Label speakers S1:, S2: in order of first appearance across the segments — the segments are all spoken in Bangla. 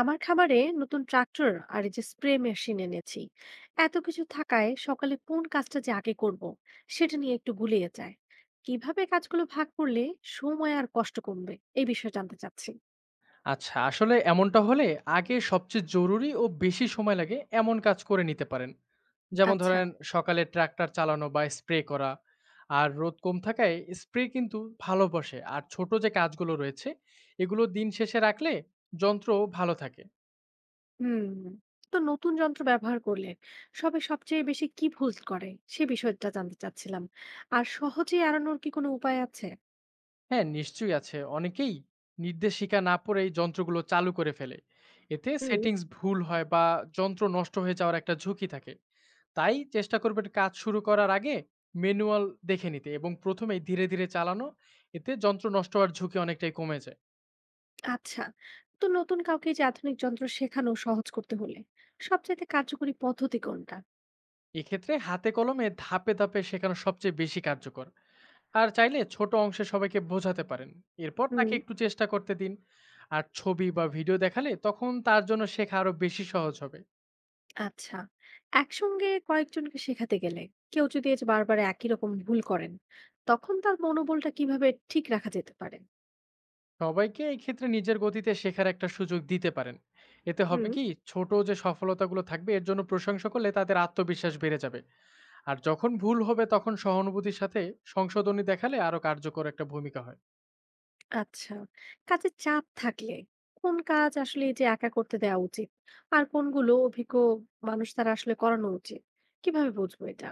S1: আমার খামারে নতুন ট্রাক্টর আর এই যে স্প্রে মেশিন এনেছি। এত কিছু থাকায় সকালে কোন কাজটা যে আগে করব সেটা নিয়ে একটু গুলিয়ে যায়। কিভাবে কাজগুলো ভাগ করলে সময় আর কষ্ট কমবে এই বিষয়ে জানতে চাচ্ছি।
S2: আচ্ছা, আসলে এমনটা হলে আগে সবচেয়ে জরুরি ও বেশি সময় লাগে এমন কাজ করে নিতে পারেন। যেমন
S1: আচ্ছা।
S2: ধরেন সকালে ট্রাক্টর চালানো বা স্প্রে করা। আর রোদ কম থাকায় স্প্রে কিন্তু ভালো বসে। আর ছোট যে কাজগুলো রয়েছে এগুলো দিন শেষে রাখলে যন্ত্র ভালো থাকে।
S1: হুম। তো নতুন যন্ত্র ব্যবহার করলে সবে সবচেয়ে বেশি কি ভুল করে সে বিষয়টা জানতে চাচ্ছিলাম। আর সহজে এড়ানোর কি কোনো উপায় আছে?
S2: হ্যাঁ, নিশ্চয়ই আছে। অনেকেই নির্দেশিকা না পড়েই যন্ত্রগুলো চালু করে ফেলে। এতে
S1: হুম।
S2: সেটিংস ভুল হয় বা যন্ত্র নষ্ট হয়ে যাওয়ার একটা ঝুঁকি থাকে। তাই চেষ্টা করবেন কাজ শুরু করার আগে ম্যানুয়াল দেখে নিতে এবং প্রথমেই ধীরে, ধীরে চালানো। এতে যন্ত্র নষ্ট হওয়ার ঝুঁকি অনেকটাই কমে যায়।
S1: আচ্ছা। তো নতুন কাউকে যে আধুনিক যন্ত্র শেখানো সহজ করতে হলে সবচাইতে কার্যকরী পদ্ধতি কোনটা?
S2: এক্ষেত্রে হাতে কলমে ধাপে, ধাপে শেখানো সবচেয়ে বেশি কার্যকর। আর চাইলে ছোট অংশে সবাইকে বোঝাতে পারেন। এরপর
S1: হুম।
S2: তাকে একটু চেষ্টা করতে দিন। আর ছবি বা ভিডিও দেখালে তখন তার জন্য শেখা আরো বেশি সহজ হবে।
S1: আচ্ছা। একসঙ্গে কয়েকজনকে শেখাতে গেলে কেউ যদি এই যে বারবার একই রকম ভুল করেন, তখন তার মনোবলটা কিভাবে ঠিক রাখা যেতে পারে?
S2: সবাইকে এই ক্ষেত্রে নিজের গতিতে শেখার একটা সুযোগ দিতে পারেন। এতে হবে
S1: হুম।
S2: কি, ছোট যে সফলতাগুলো থাকবে এর জন্য প্রশংসা করলে তাদের আত্মবিশ্বাস বেড়ে যাবে। আর যখন ভুল হবে তখন সহানুভূতির সাথে সংশোধনী দেখালে আরো কার্যকর একটা ভূমিকা হয়।
S1: আচ্ছা। কাজের চাপ থাকলে কোন কাজ আসলে এই যে একা করতে দেওয়া উচিত? আর কোনগুলো অভিজ্ঞ মানুষ দ্বারা আসলে করানো উচিত? কিভাবে বুঝবো এটা?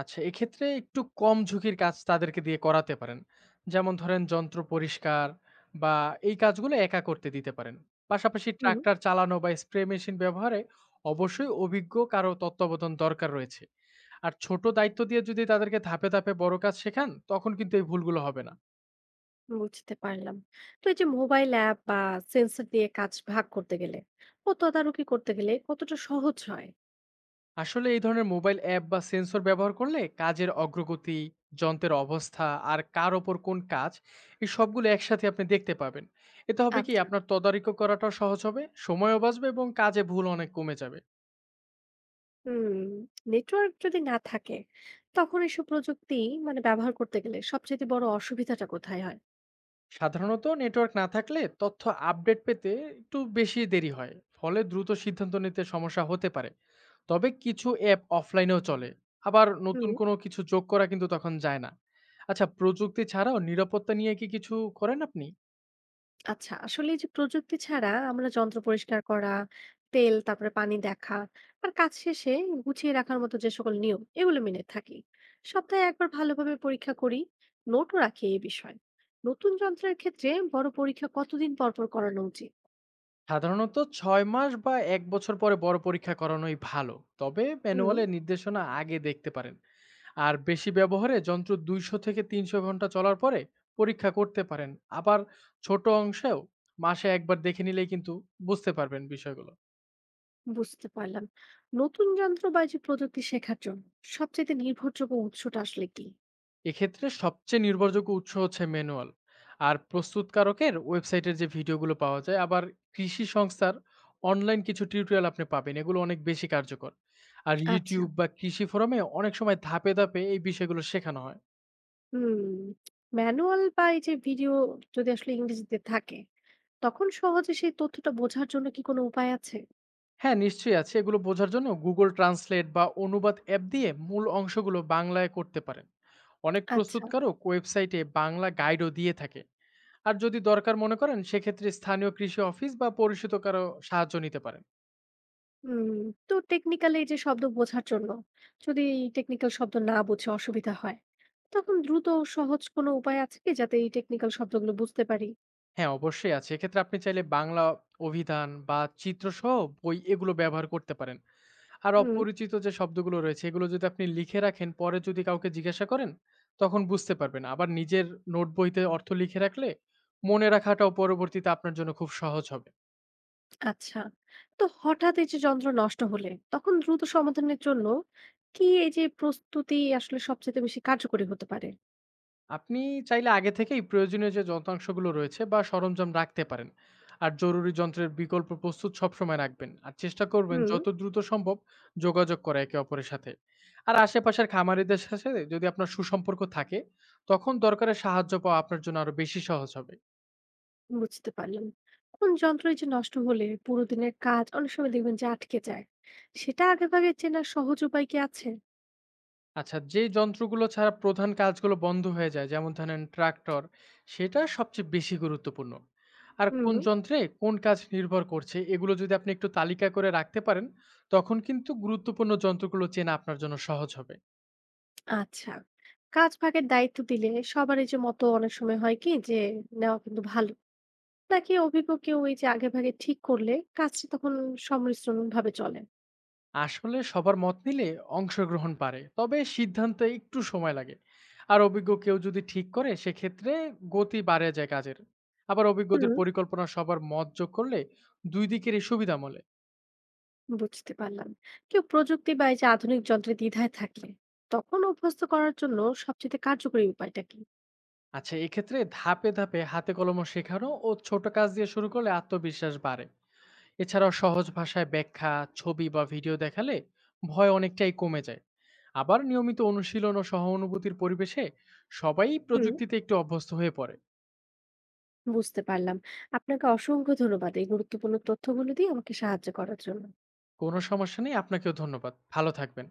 S2: আচ্ছা, এক্ষেত্রে একটু কম ঝুঁকির কাজ তাদেরকে দিয়ে করাতে পারেন। যেমন ধরেন যন্ত্র পরিষ্কার বা এই কাজগুলো একা করতে দিতে পারেন। পাশাপাশি
S1: হুম।
S2: ট্রাক্টর চালানো বা স্প্রে মেশিন ব্যবহারে অবশ্যই অভিজ্ঞ কারো তত্ত্বাবধান দরকার রয়েছে। আর ছোট দায়িত্ব দিয়ে যদি তাদেরকে ধাপে, ধাপে বড় কাজ শেখান, তখন কিন্তু এই ভুলগুলো হবে না।
S1: বুঝতে পারলাম। তো এই যে মোবাইল অ্যাপ বা সেন্সর দিয়ে কাজ ভাগ করতে গেলে ও তদারকি করতে গেলে কতটা সহজ হয়?
S2: আসলে এই ধরনের মোবাইল অ্যাপ বা সেন্সর ব্যবহার করলে কাজের অগ্রগতি, যন্ত্রের অবস্থা, আর কার ওপর কোন কাজ, এই সবগুলো একসাথে আপনি দেখতে পাবেন। এতে হবে কি,
S1: আচ্ছা।
S2: আপনার তদারকি করাটাও সহজ হবে, সময়ও বাঁচবে এবং কাজে ভুল অনেক কমে যাবে।
S1: হুম। নেটওয়ার্ক যদি না থাকে তখন এসব প্রযুক্তি মানে ব্যবহার করতে গেলে সবচেয়ে বড় অসুবিধাটা কোথায় হয়?
S2: সাধারণত নেটওয়ার্ক না থাকলে তথ্য আপডেট পেতে একটু বেশি দেরি হয়, ফলে দ্রুত সিদ্ধান্ত নিতে সমস্যা হতে পারে। তবে কিছু অ্যাপ অফলাইনেও চলে। আবার
S1: হুম।
S2: নতুন কোনো কিছু যোগ করা কিন্তু তখন যায় না। আচ্ছা, প্রযুক্তি ছাড়াও নিরাপত্তা নিয়ে কি কিছু করেন আপনি?
S1: আচ্ছা, আসলে এই যে প্রযুক্তি ছাড়া আমরা যন্ত্র পরিষ্কার করা, তেল তারপরে পানি দেখা, আর কাজ শেষে গুছিয়ে রাখার মতো যে সকল নিয়ম এগুলো মেনে থাকি। সপ্তাহে একবার ভালোভাবে পরীক্ষা করি, নোটও রাখি এই বিষয়ে। নতুন যন্ত্রের ক্ষেত্রে বড় পরীক্ষা কতদিন পর পর করানো উচিত?
S2: সাধারণত ৬ মাস বা ১ বছর পরে বড় পরীক্ষা করানোই ভালো। তবে
S1: হুম।
S2: ম্যানুয়ালের নির্দেশনা আগে দেখতে পারেন। আর বেশি ব্যবহারে যন্ত্র ২০০ থেকে ৩০০ ঘন্টা চলার পরে পরীক্ষা করতে পারেন। আবার ছোট অংশেও মাসে একবার দেখে নিলেই কিন্তু বুঝতে পারবেন বিষয়গুলো।
S1: বুঝতে পারলাম। নতুন যন্ত্র বা এই যে প্রযুক্তি শেখার জন্য সবচেয়ে নির্ভরযোগ্য উৎসটা আসলে কি?
S2: এক্ষেত্রে সবচেয়ে নির্ভরযোগ্য উৎস হচ্ছে ম্যানুয়াল আর প্রস্তুতকারকের ওয়েবসাইটের যে ভিডিওগুলো পাওয়া যায়। আবার কৃষি সংস্থার অনলাইন কিছু টিউটোরিয়াল আপনি পাবেন, এগুলো অনেক বেশি কার্যকর। আর
S1: আচ্ছা।
S2: ইউটিউব বা কৃষি ফোরামে অনেক সময় ধাপে ধাপে এই বিষয়গুলো শেখানো হয়।
S1: হুম। ম্যানুয়াল বা এই যে ভিডিও যদি আসলে ইংরেজিতে থাকে তখন সহজে সেই তথ্যটা বোঝার জন্য কি কোনো উপায় আছে?
S2: হ্যাঁ, নিশ্চয়ই আছে। এগুলো বোঝার জন্য গুগল ট্রান্সলেট বা অনুবাদ অ্যাপ দিয়ে মূল অংশগুলো বাংলায় করতে পারেন। অনেক
S1: আচ্ছা।
S2: প্রস্তুতকারক ওয়েবসাইটে বাংলা গাইডও দিয়ে থাকে। আর যদি দরকার মনে করেন সেক্ষেত্রে স্থানীয় কৃষি অফিস বা পরিচিত কারো সাহায্য নিতে পারেন।
S1: হুম। তো টেকনিক্যালি এই যে শব্দ বোঝার জন্য, যদি টেকনিক্যাল শব্দ না বুঝে অসুবিধা হয় তখন দ্রুত ও সহজ কোনো উপায় আছে কি যাতে এই টেকনিক্যাল শব্দগুলো বুঝতে পারি?
S2: হ্যাঁ, অবশ্যই আছে। এক্ষেত্রে আপনি চাইলে বাংলা অভিধান বা চিত্রসহ বই এগুলো ব্যবহার করতে পারেন। আর
S1: হুম।
S2: অপরিচিত যে শব্দগুলো রয়েছে এগুলো যদি আপনি লিখে রাখেন, পরে যদি কাউকে জিজ্ঞাসা করেন তখন বুঝতে পারবেন। আবার নিজের নোট বইতে অর্থ লিখে রাখলে মনে রাখাটাও পরবর্তীতে আপনার জন্য খুব সহজ হবে।
S1: আচ্ছা। তো হঠাৎ এই যে যন্ত্র নষ্ট হলে তখন দ্রুত সমাধানের জন্য কি এই যে প্রস্তুতি আসলে সবচেয়ে বেশি কার্যকরী হতে পারে?
S2: আপনি চাইলে আগে থেকেই প্রয়োজনীয় যে যন্ত্রাংশগুলো রয়েছে বা সরঞ্জাম রাখতে পারেন। আর জরুরি যন্ত্রের বিকল্প প্রস্তুত সবসময় রাখবেন, আর চেষ্টা করবেন
S1: হুম।
S2: যত দ্রুত সম্ভব যোগাযোগ করা একে অপরের সাথে। আর আশেপাশের খামারিদের সাথে যদি আপনার সুসম্পর্ক থাকে তখন দরকারে সাহায্য পাওয়া আপনার জন্য আরো বেশি সহজ হবে।
S1: বুঝতে পারলাম। কোন যন্ত্র এই যে নষ্ট হলে পুরো দিনের কাজ অনেক সময় দেখবেন যে আটকে যায়। সেটা আগেভাগে চেনার সহজ উপায় কি আছে?
S2: আচ্ছা, যেই যন্ত্রগুলো ছাড়া প্রধান কাজগুলো বন্ধ হয়ে যায়, যেমন ধরেন ট্রাক্টর, সেটা সবচেয়ে বেশি গুরুত্বপূর্ণ। আর
S1: হুম।
S2: কোন যন্ত্রে কোন কাজ নির্ভর করছে, এগুলো যদি আপনি একটু তালিকা করে রাখতে পারেন, তখন কিন্তু গুরুত্বপূর্ণ যন্ত্রগুলো চেনা আপনার জন্য সহজ হবে।
S1: আচ্ছা। কাজ ভাগের দায়িত্ব দিলে সবার এই যে মতো অনেক সময় হয় কি যে নেওয়া কিন্তু ভালো। নাকি অভিজ্ঞ কেউ এই যে আগেভাগে ঠিক করলে কাজটা তখন সংমিশ্রণ ভাবে চলে?
S2: আসলে সবার মত নিলে অংশগ্রহণ বাড়ে, তবে সিদ্ধান্তে একটু সময় লাগে। আর অভিজ্ঞ কেউ যদি ঠিক করে, সেক্ষেত্রে গতি বাড়ে যায় কাজের। আবার অভিজ্ঞদের
S1: হুম।
S2: পরিকল্পনা সবার মত যোগ করলে দুই দিকেরই সুবিধা মলে।
S1: বুঝতে পারলাম। কেউ প্রযুক্তি বা এই যে আধুনিক যন্ত্রে দ্বিধায় থাকলে তখন অভ্যস্ত করার জন্য সবচেয়ে কার্যকরী উপায়টা কি?
S2: আচ্ছা, এক্ষেত্রে ধাপে ধাপে হাতে কলমে শেখানো ও ছোট কাজ দিয়ে শুরু করলে আত্মবিশ্বাস বাড়ে। এছাড়াও সহজ ভাষায় ব্যাখ্যা, ছবি বা ভিডিও দেখালে ভয় অনেকটাই কমে যায়। আবার নিয়মিত অনুশীলন ও সহানুভূতির পরিবেশে সবাই
S1: হুম।
S2: প্রযুক্তিতে একটু অভ্যস্ত হয়ে পড়ে।
S1: বুঝতে পারলাম। আপনাকে অসংখ্য ধন্যবাদ এই গুরুত্বপূর্ণ তথ্যগুলো দিয়ে আমাকে সাহায্য করার জন্য।
S2: কোনো সমস্যা নেই, আপনাকেও ধন্যবাদ, ভালো থাকবেন।